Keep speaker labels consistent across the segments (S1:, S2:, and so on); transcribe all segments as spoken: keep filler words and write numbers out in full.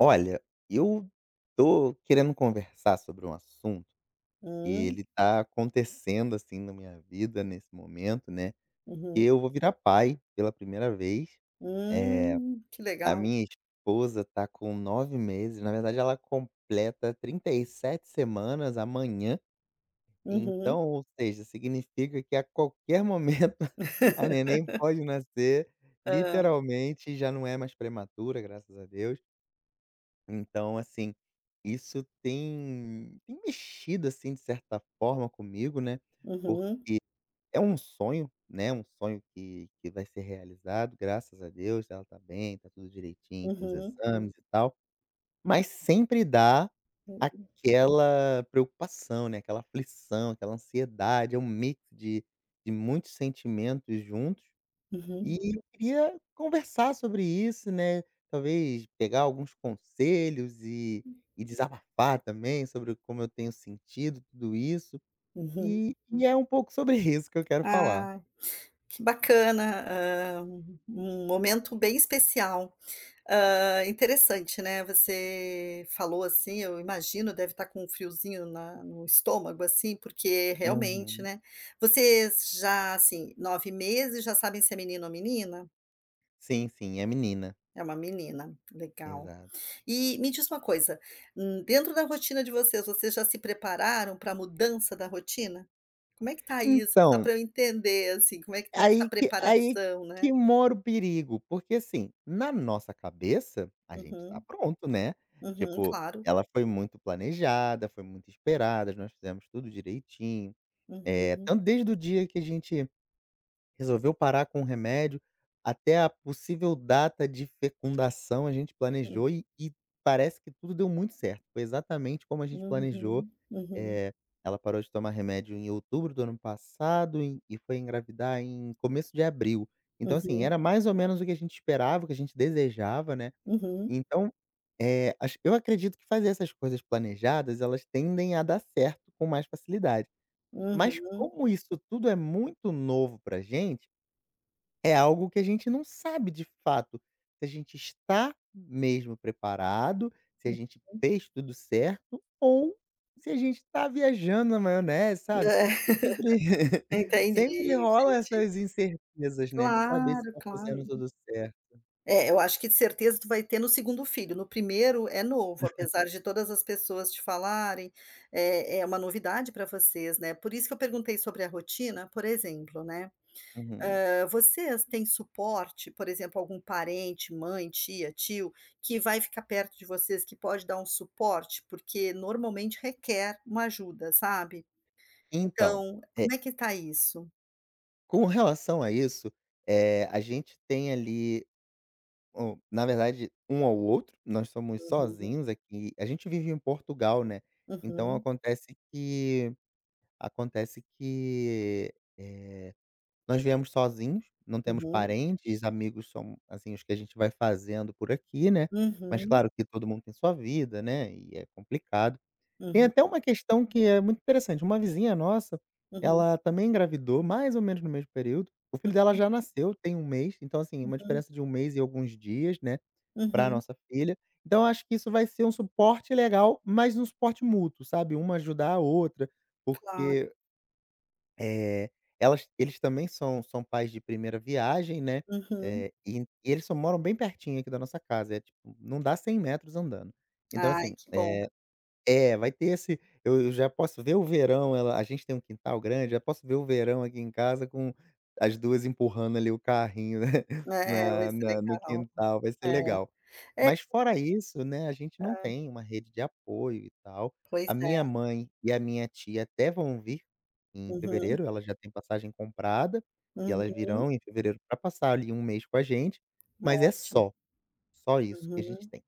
S1: Olha, eu tô querendo conversar sobre um assunto que
S2: Hum,
S1: ele tá acontecendo, assim, na minha vida nesse momento, né, que
S2: uhum.
S1: eu vou virar pai pela primeira vez. Eh,
S2: Hum, que
S1: a
S2: legal.
S1: minha esposa tá com nove meses. Na verdade, ela completa trinta e sete semanas amanhã.
S2: Uhum.
S1: Então, ou seja, significa que a qualquer momento a neném pode nascer,
S2: Hã.
S1: literalmente. Já não é mais prematura, graças a Deus. Então, assim, isso tem tem mexido, assim, de certa forma comigo, né. por
S2: Uhum,
S1: É um sonho, né, um sonho que que vai ser realizado, graças a Deus. Ela tá bem, tá tudo direitinho com os, uhum,
S2: uhum,
S1: exames e tal. Mas sempre dá
S2: uhum,
S1: aquela preocupação, né, aquela aflição, aquela ansiedade. É um mix de de muitos sentimentos juntos.
S2: uhum,
S1: E eu queria conversar sobre isso, né, talvez pegar alguns conselhos e e desabafar também sobre como eu tenho sentido tudo isso.
S2: uhum.
S1: E e é um pouco sobre isso que eu quero falar.
S2: Ah, que bacana, hã, um um momento bem especial. ah interessante, né, você falou assim, eu imagino, deve estar com um friozinho na no estômago, assim, porque realmente,
S1: Uhum.
S2: né. Vocês já, assim, nove meses, já sabem se é menino ou menina?
S1: Sim, sim, é menina.
S2: É uma menina, legal.
S1: Exato.
S2: E me diz uma coisa, hum, dentro da rotina de vocês, vocês já se prepararam para a mudança da rotina? Como é que tá isso? Só
S1: Então,
S2: pra eu entender, assim, como é que tá essa
S1: aí que aí
S2: preparação, né?
S1: que mora o perigo, porque assim, na nossa cabeça, a gente tá
S2: Uhum,
S1: pronto, né.
S2: uhum,
S1: Tipo,
S2: claro.
S1: ela foi muito planejada, foi muito esperada, nós fizemos tudo direitinho. É,
S2: Uhum,
S1: tanto desde o dia que a gente resolveu parar com o remédio, até a possível data de fecundação, a gente
S2: hum,
S1: planejou e e parece que tudo deu muito certo. Foi exatamente como a gente planejou.
S2: uhum, uhum,
S1: Eh, Ela parou de tomar remédio em outubro do ano passado e e foi engravidar em começo de abril. Então, assim,
S2: uhum,
S1: era mais ou menos o que a gente esperava, o que a gente desejava, né.
S2: uhum,
S1: Então, eh, acho eu acredito que fazer essas coisas planejadas, elas tendem a dar certo com mais facilidade. Mas
S2: uhum.
S1: como isso tudo é muito novo pra gente, é algo que a gente não sabe de fato se a gente está mesmo preparado, se a gente fez tudo certo ou se a gente tá viajando na maionese, sabe. Sempre
S2: É,
S1: sempre
S2: entendi,
S1: rola
S2: entendi.
S1: essas incertezas, né, de saber se
S2: Claro,
S1: tá
S2: claro.
S1: fazendo tudo certo.
S2: É, eu acho que de certeza tu vai ter no segundo filho, no primeiro é novo, Uhum. apesar de todas as pessoas te falarem, é é uma novidade para vocês, né, por isso que eu perguntei sobre a rotina, por exemplo, né,
S1: Uhum.
S2: hã, vocês têm suporte, por exemplo, algum parente, mãe, tia, tio, que vai ficar perto de vocês, que pode dar um suporte? Porque normalmente requer uma ajuda, sabe.
S1: Então,
S2: Então,
S1: eh,
S2: como é que tá isso?
S1: com relação a isso, eh, a gente tem ali, Hum, na verdade, um ao outro. Nós somos
S2: Uhum,
S1: sozinhos aqui. A gente vive em Portugal, né. Então
S2: uhum,
S1: acontece que acontece que, eh, nós viemos sozinhos, não temos
S2: uhum,
S1: parentes. Amigos são, assim, os que a gente vai fazendo por aqui, né. Mas
S2: uhum,
S1: claro que todo mundo tem sua vida, né, e é complicado. Tem
S2: uhum,
S1: até uma questão que é muito interessante. Uma vizinha nossa,
S2: uhum,
S1: ela também engravidou mais ou menos no mesmo período. O filho
S2: uhum,
S1: dela já nasceu tem um mês, então assim, uma
S2: uhum,
S1: diferença de um mês e alguns dias, né, para
S2: uhum.
S1: nossa filha. Então eu acho que isso vai ser um suporte legal, mas um suporte mútuo, sabe, uma ajudar a outra.
S2: Claro.
S1: Porque, eh, elas eles também são são pais de primeira viagem, né.
S2: Uhum.
S1: Eh, e e eles só moram bem pertinho aqui da nossa casa. É tipo, não dá cem metros andando. Então,
S2: Ai,
S1: assim,
S2: que bom.
S1: é, vai ter esse eu eu já posso ver o verão. Ela A gente tem um quintal grande. Já posso ver o verão aqui em casa com as duas empurrando ali o carrinho, né,
S2: É, vai
S1: na
S2: ser
S1: na no
S2: legal.
S1: quintal. Vai ser legal.
S2: É. É,
S1: Mas fora isso, né, a gente não tem uma rede de apoio e tal.
S2: pois
S1: A
S2: é.
S1: minha mãe e a minha tia até vão vir em
S2: Uhum,
S1: fevereiro. Elas já têm passagem comprada, e elas
S2: uhum.
S1: virão em fevereiro para passar ali um mês com a gente. Mas é
S2: Ótimo.
S1: só, só isso que a gente
S2: Uhum.
S1: tem.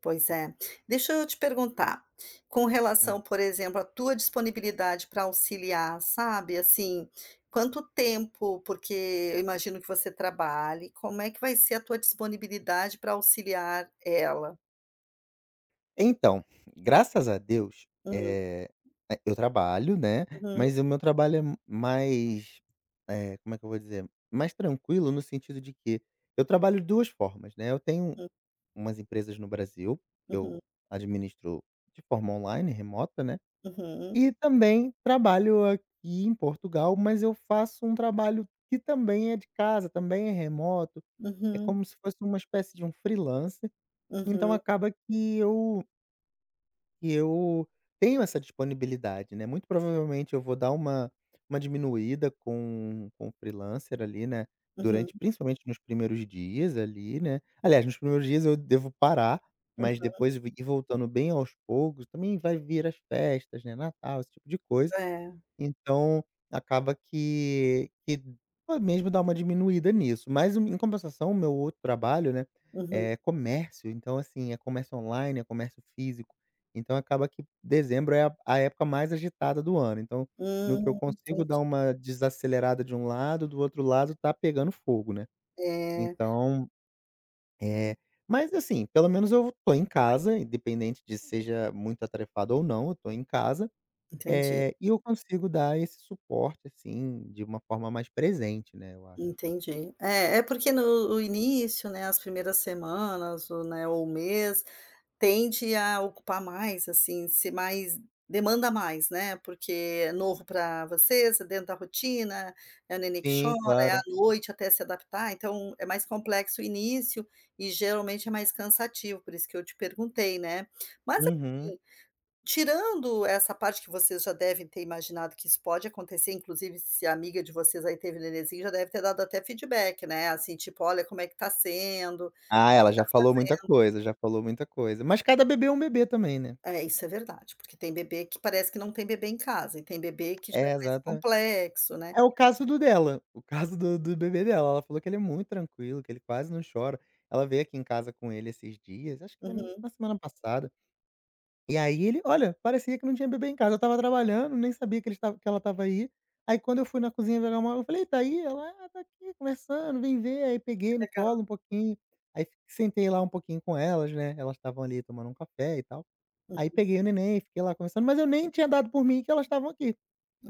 S2: Pois é. Deixa eu te perguntar, com
S1: Hum.
S2: relação, por exemplo, à tua disponibilidade para auxiliar, sabe, assim, quanto tempo porque eu imagino que você trabalhe, como é que vai ser a tua disponibilidade para auxiliar ela?
S1: Então, graças a Deus,
S2: Hum.
S1: eh, a eu trabalho, né.
S2: Uhum,
S1: Mas o meu trabalho é m mais... eh, como é que eu vou dizer? Mais tranquilo no sentido de que eu trabalho de duas formas, né. Eu tenho
S2: uhum,
S1: umas empresas no Brasil, que eu
S2: uhum,
S1: administro de forma online, remota, né.
S2: uhum,
S1: E também trabalho aqui em Portugal, mas eu faço um trabalho que também é de casa, também é remoto. É
S2: uhum,
S1: como se fosse uma espécie de um freelancer. Então
S2: uhum,
S1: acaba que eu e eu tenho essa disponibilidade, né. Muito provavelmente eu vou dar uma uma diminuída com com o freelancer ali, né,
S2: uhum,
S1: durante, principalmente, nos primeiros dias ali, né. Aliás, nos primeiros dias eu devo parar,
S2: uhum.
S1: mas depois vi- ir voltando bem aos poucos. Também vai vir as festas, né, Natal, esse tipo de coisa.
S2: É.
S1: Então, acaba que que pode mesmo dar uma diminuída nisso. Mas em compensação, o meu outro trabalho, né,
S2: Uhum.
S1: é comércio. Então assim, é comércio online, é comércio físico. Então acaba que dezembro é a a época mais agitada do ano. Então, no que eu
S2: Hum,
S1: consigo dar
S2: entendi.
S1: uma desacelerada de um lado, do outro lado tá pegando fogo, né.
S2: É.
S1: Então, é,
S2: Hum.
S1: mas assim, pelo menos eu tô em casa. Independente de seja muito atarefado ou não, eu tô em casa.
S2: Entendi,
S1: Eh, e eu consigo dar esse suporte, assim, de uma forma mais presente, né, eu acho.
S2: entendi. É, é porque no o início, né, as primeiras semanas ou, né, ou mês, tende a ocupar mais, assim, ser mais, demanda mais, né, porque é novo para vocês, é dentro da rotina, é o nenê que chora,
S1: Sim,
S2: é à
S1: claro.
S2: noite até se adaptar, então é mais complexo o início e geralmente é mais cansativo, por isso que eu te perguntei, né. Mas
S1: Uhum.
S2: assim, Tirando essa parte que vocês já devem ter imaginado que isso pode acontecer, inclusive se a amiga de vocês aí teve nenenzinho, já deve ter dado até feedback, né, assim, tipo: "Olha como é que tá sendo".
S1: Ah, ela já falou muita coisa, já falou muita coisa. Mas cada bebê é um bebê também, né.
S2: É, isso é verdade, porque tem bebê que parece que não tem bebê em casa, e tem bebê que já
S1: É,
S2: é mais
S1: exatamen
S2: complexo, né.
S1: é o caso do dela, o caso do do bebê dela. Ela falou que ele é muito tranquilo, que ele quase não chora. Ela veio aqui em casa com ele esses dias, acho que foi
S2: Uhum,
S1: na semana passada. E aí ele, olha, parecia que não tinha bebê em casa. Eu estava trabalhando, nem sabia que ele estava que ela estava aí. Aí quando eu fui na cozinha pegar, uma eu falei: "Tá aí?" Ela: "Ah, tá aqui conversando, vem ver." Aí
S2: que
S1: peguei no
S2: legal.
S1: colo um pouquinho, aí fi- sentei lá um pouquinho com elas, né. Elas estavam ali tomando um café e tal. Aí peguei o neném, fiquei lá conversando, mas eu nem tinha dado por mim que elas estavam aqui,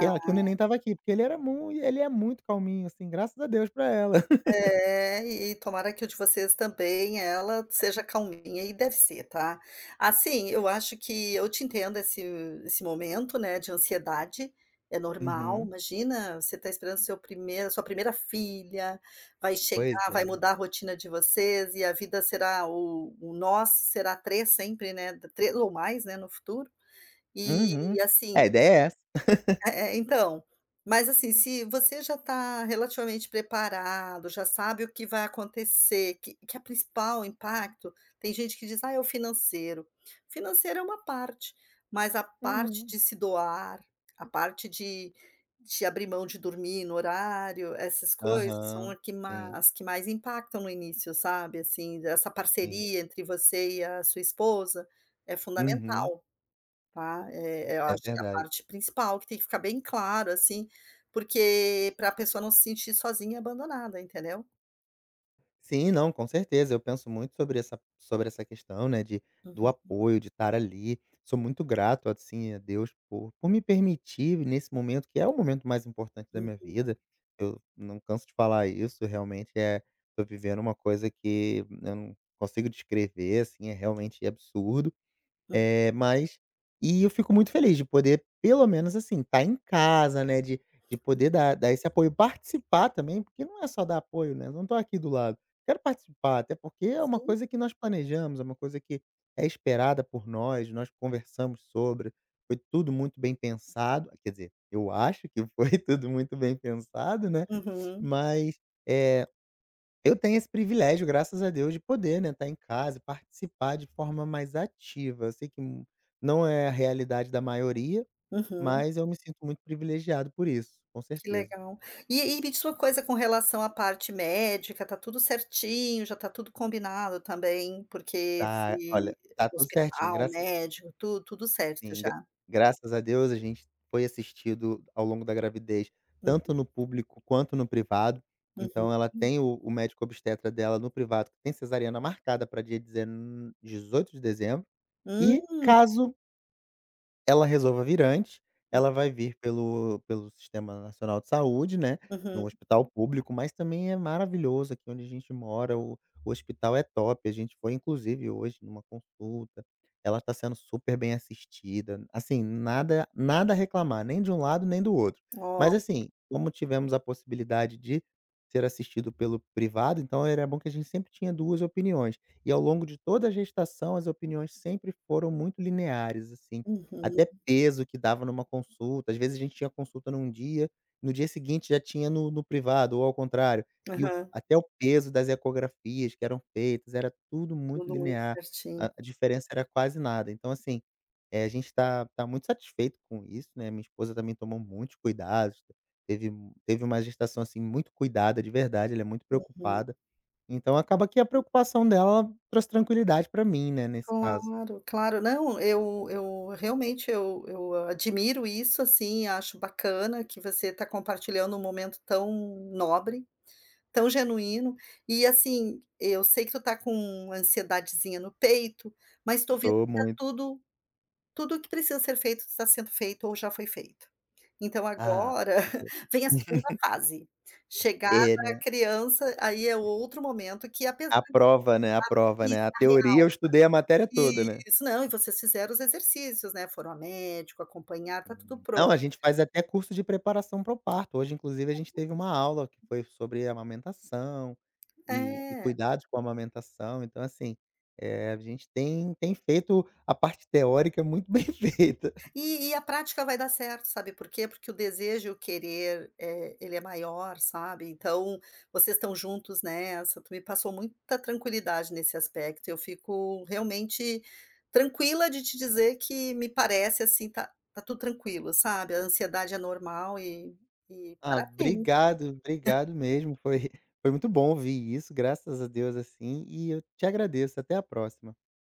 S1: que ela que o neném estava aqui, porque ele era muito ele é muito calminho, assim, graças a Deus, pra ela.
S2: É, e tomara que o de vocês também, ela seja calminha e deve ser, tá. Assim, eu acho que eu te entendo esse esse momento, né, de ansiedade, é normal,
S1: Uhum,
S2: imagina, você está esperando seu primeiro sua primeira filha, vai
S1: pois
S2: chegar,
S1: é.
S2: vai mudar a rotina de vocês e a vida será o o nós será três sempre, né. Três ou mais, né, no futuro.
S1: Uhum.
S2: E
S1: É,
S2: assim,
S1: a ideia é essa.
S2: é é, então, mas assim, se você já está relativamente preparado, já sabe o que vai acontecer, que que a principal impacto tem gente que diz: "Ah, é o financeiro". Financeiro é uma parte, mas a parte
S1: Uhum.
S2: de se doar, a parte de de abrir mão de dormir no horário, essas coisas são
S1: Aham.
S2: a que ma
S1: Sim,
S2: as que mais impactam no início, sabe, assim, essa
S1: sim.
S2: parceria entre você e a sua esposa é
S1: Uhum.
S2: fundamental. Tá, eh, eu
S1: É
S2: acho que é a
S1: verdade.
S2: parte principal que tem que ficar bem claro, assim, porque para a pessoa não se sentir sozinha e abandonada, entendeu?
S1: Sim, não, com certeza. Eu penso muito sobre essa sobre essa questão, né, de do
S2: Uhum,
S1: apoio, de estar ali. Sou muito grato, assim, a Deus por por me permitir nesse momento, que é o momento mais importante da minha
S2: uhum,
S1: vida. Eu não canso de falar isso, realmente é tô vivendo uma coisa que eu não consigo descrever, assim. É realmente absurdo.
S2: uhum.
S1: é mas e eu fico muito feliz de poder, pelo menos assim, estar em casa, né, de de poder dar dar esse apoio, participar também. Porque não é só dar apoio, né, eu não tô aqui do lado. Quero participar, até porque é uma
S2: Sim.
S1: coisa que nós planejamos, é uma coisa que é esperada por nós, nós conversamos sobre. Foi tudo muito bem pensado, quer dizer, eu acho que foi tudo muito bem pensado, né.
S2: Uhum,
S1: Mas, eh eu tenho esse privilégio, graças a Deus, de poder, né, estar em casa e participar de forma mais ativa. Eu sei que n não é a realidade da maioria,
S2: uhum.
S1: mas eu me sinto muito privilegiado por isso, com
S2: Que
S1: certeza.
S2: legal. E e me diz uma coisa com relação à parte médica, tá tudo certinho, já tá tudo combinado também, porque
S1: Tá,
S2: se
S1: olha, tá tudo certinho.
S2: hospital,
S1: Graça
S2: médico, tudo tudo certo
S1: Sim, gra
S2: já?
S1: graças a Deus a gente foi assistido ao longo da gravidez,
S2: Hum,
S1: tanto no público quanto no privado. Então
S2: uhum.
S1: ela tem o o médico obstetra dela no privado, que tem cesariana marcada para dia dezeno dezoito de dezembro. E
S2: Hum,
S1: caso ela resolva vir antes, ela vai vir pelo pelo Sistema Nacional de Saúde, né, no
S2: uhum.
S1: hospital público. Mas também é maravilhoso aqui onde a gente mora. O o hospital é top. A gente foi, inclusive, hoje numa consulta. Ela está sendo super bem assistida, assim. Nada, nada a reclamar, nem de um lado nem do outro.
S2: Ó,
S1: Mas assim, como tivemos a possibilidade de ser assistido pelo privado, então era bom que a gente sempre tinha duas opiniões. E ao longo de toda a gestação, as opiniões sempre foram muito lineares, assim.
S2: uhum,
S1: Até peso que dava numa consulta, às vezes a gente tinha consulta num dia, no dia seguinte já tinha no no privado, ou ao contrário. E o
S2: aham,
S1: até o peso das ecografias que eram feitas, era tudo muito
S2: tudo muito
S1: linear. a
S2: certinho.
S1: a diferença era quase nada. Então, assim, eh, a gente está tá tá muito satisfeito com isso, né. Minha esposa também tomou muitos cuidados, teve mu- teve uma gestação, assim, muito cuidada de verdade. Ela é muito
S2: Uhum.
S1: preocupada, então acaba que a preocupação dela trouxe tranquilidade para mim, né, nesse caso.
S2: Claro, claro. Não, eu eu realmente eu eu admiro isso, assim, acho bacana que você está compartilhando um momento tão nobre, tão genuíno. E, assim, eu sei que tu tá com uma ansiedadezinha no peito, mas estou vendo
S1: Tô
S2: que tá
S1: muito.
S2: tudo tudo que precisa ser feito está sendo feito ou já foi feito. Então
S1: Ah,
S2: agora
S1: que bom.
S2: vem a segunda fase. chegar
S1: É,
S2: a
S1: né.
S2: criança, aí é outro momento que apesar
S1: A prova, né, a prova, né.
S2: disso.
S1: A teoria eu estudei a matéria toda, né.
S2: Isso. Não, e vocês fizeram os exercícios, né, foram a médico, acompanhar, tá tudo
S1: Hum. Não,
S2: pronto.
S1: a gente faz até curso de preparação para o parto. Hoje, inclusive, a gente teve uma aula que foi sobre amamentação e e
S2: É.
S1: cuidados com a amamentação. Então, assim, eh, a gente tem tem feito a parte teórica muito bem feita.
S2: E e a prática vai dar certo, sabe por quê? Porque o desejo e o querer, eh, ele é maior, sabe, então vocês estão juntos nessa, tu me passou muita tranquilidade nesse aspecto, eu fico realmente tranquila de te dizer que me parece, assim, tá tá tudo tranquilo, sabe, a ansiedade é normal e e
S1: Ah,
S2: parabéns.
S1: obrigado, obrigado mesmo. Foi foi muito bom ouvir isso, graças a Deus, assim, e eu te agradeço. Até a próxima.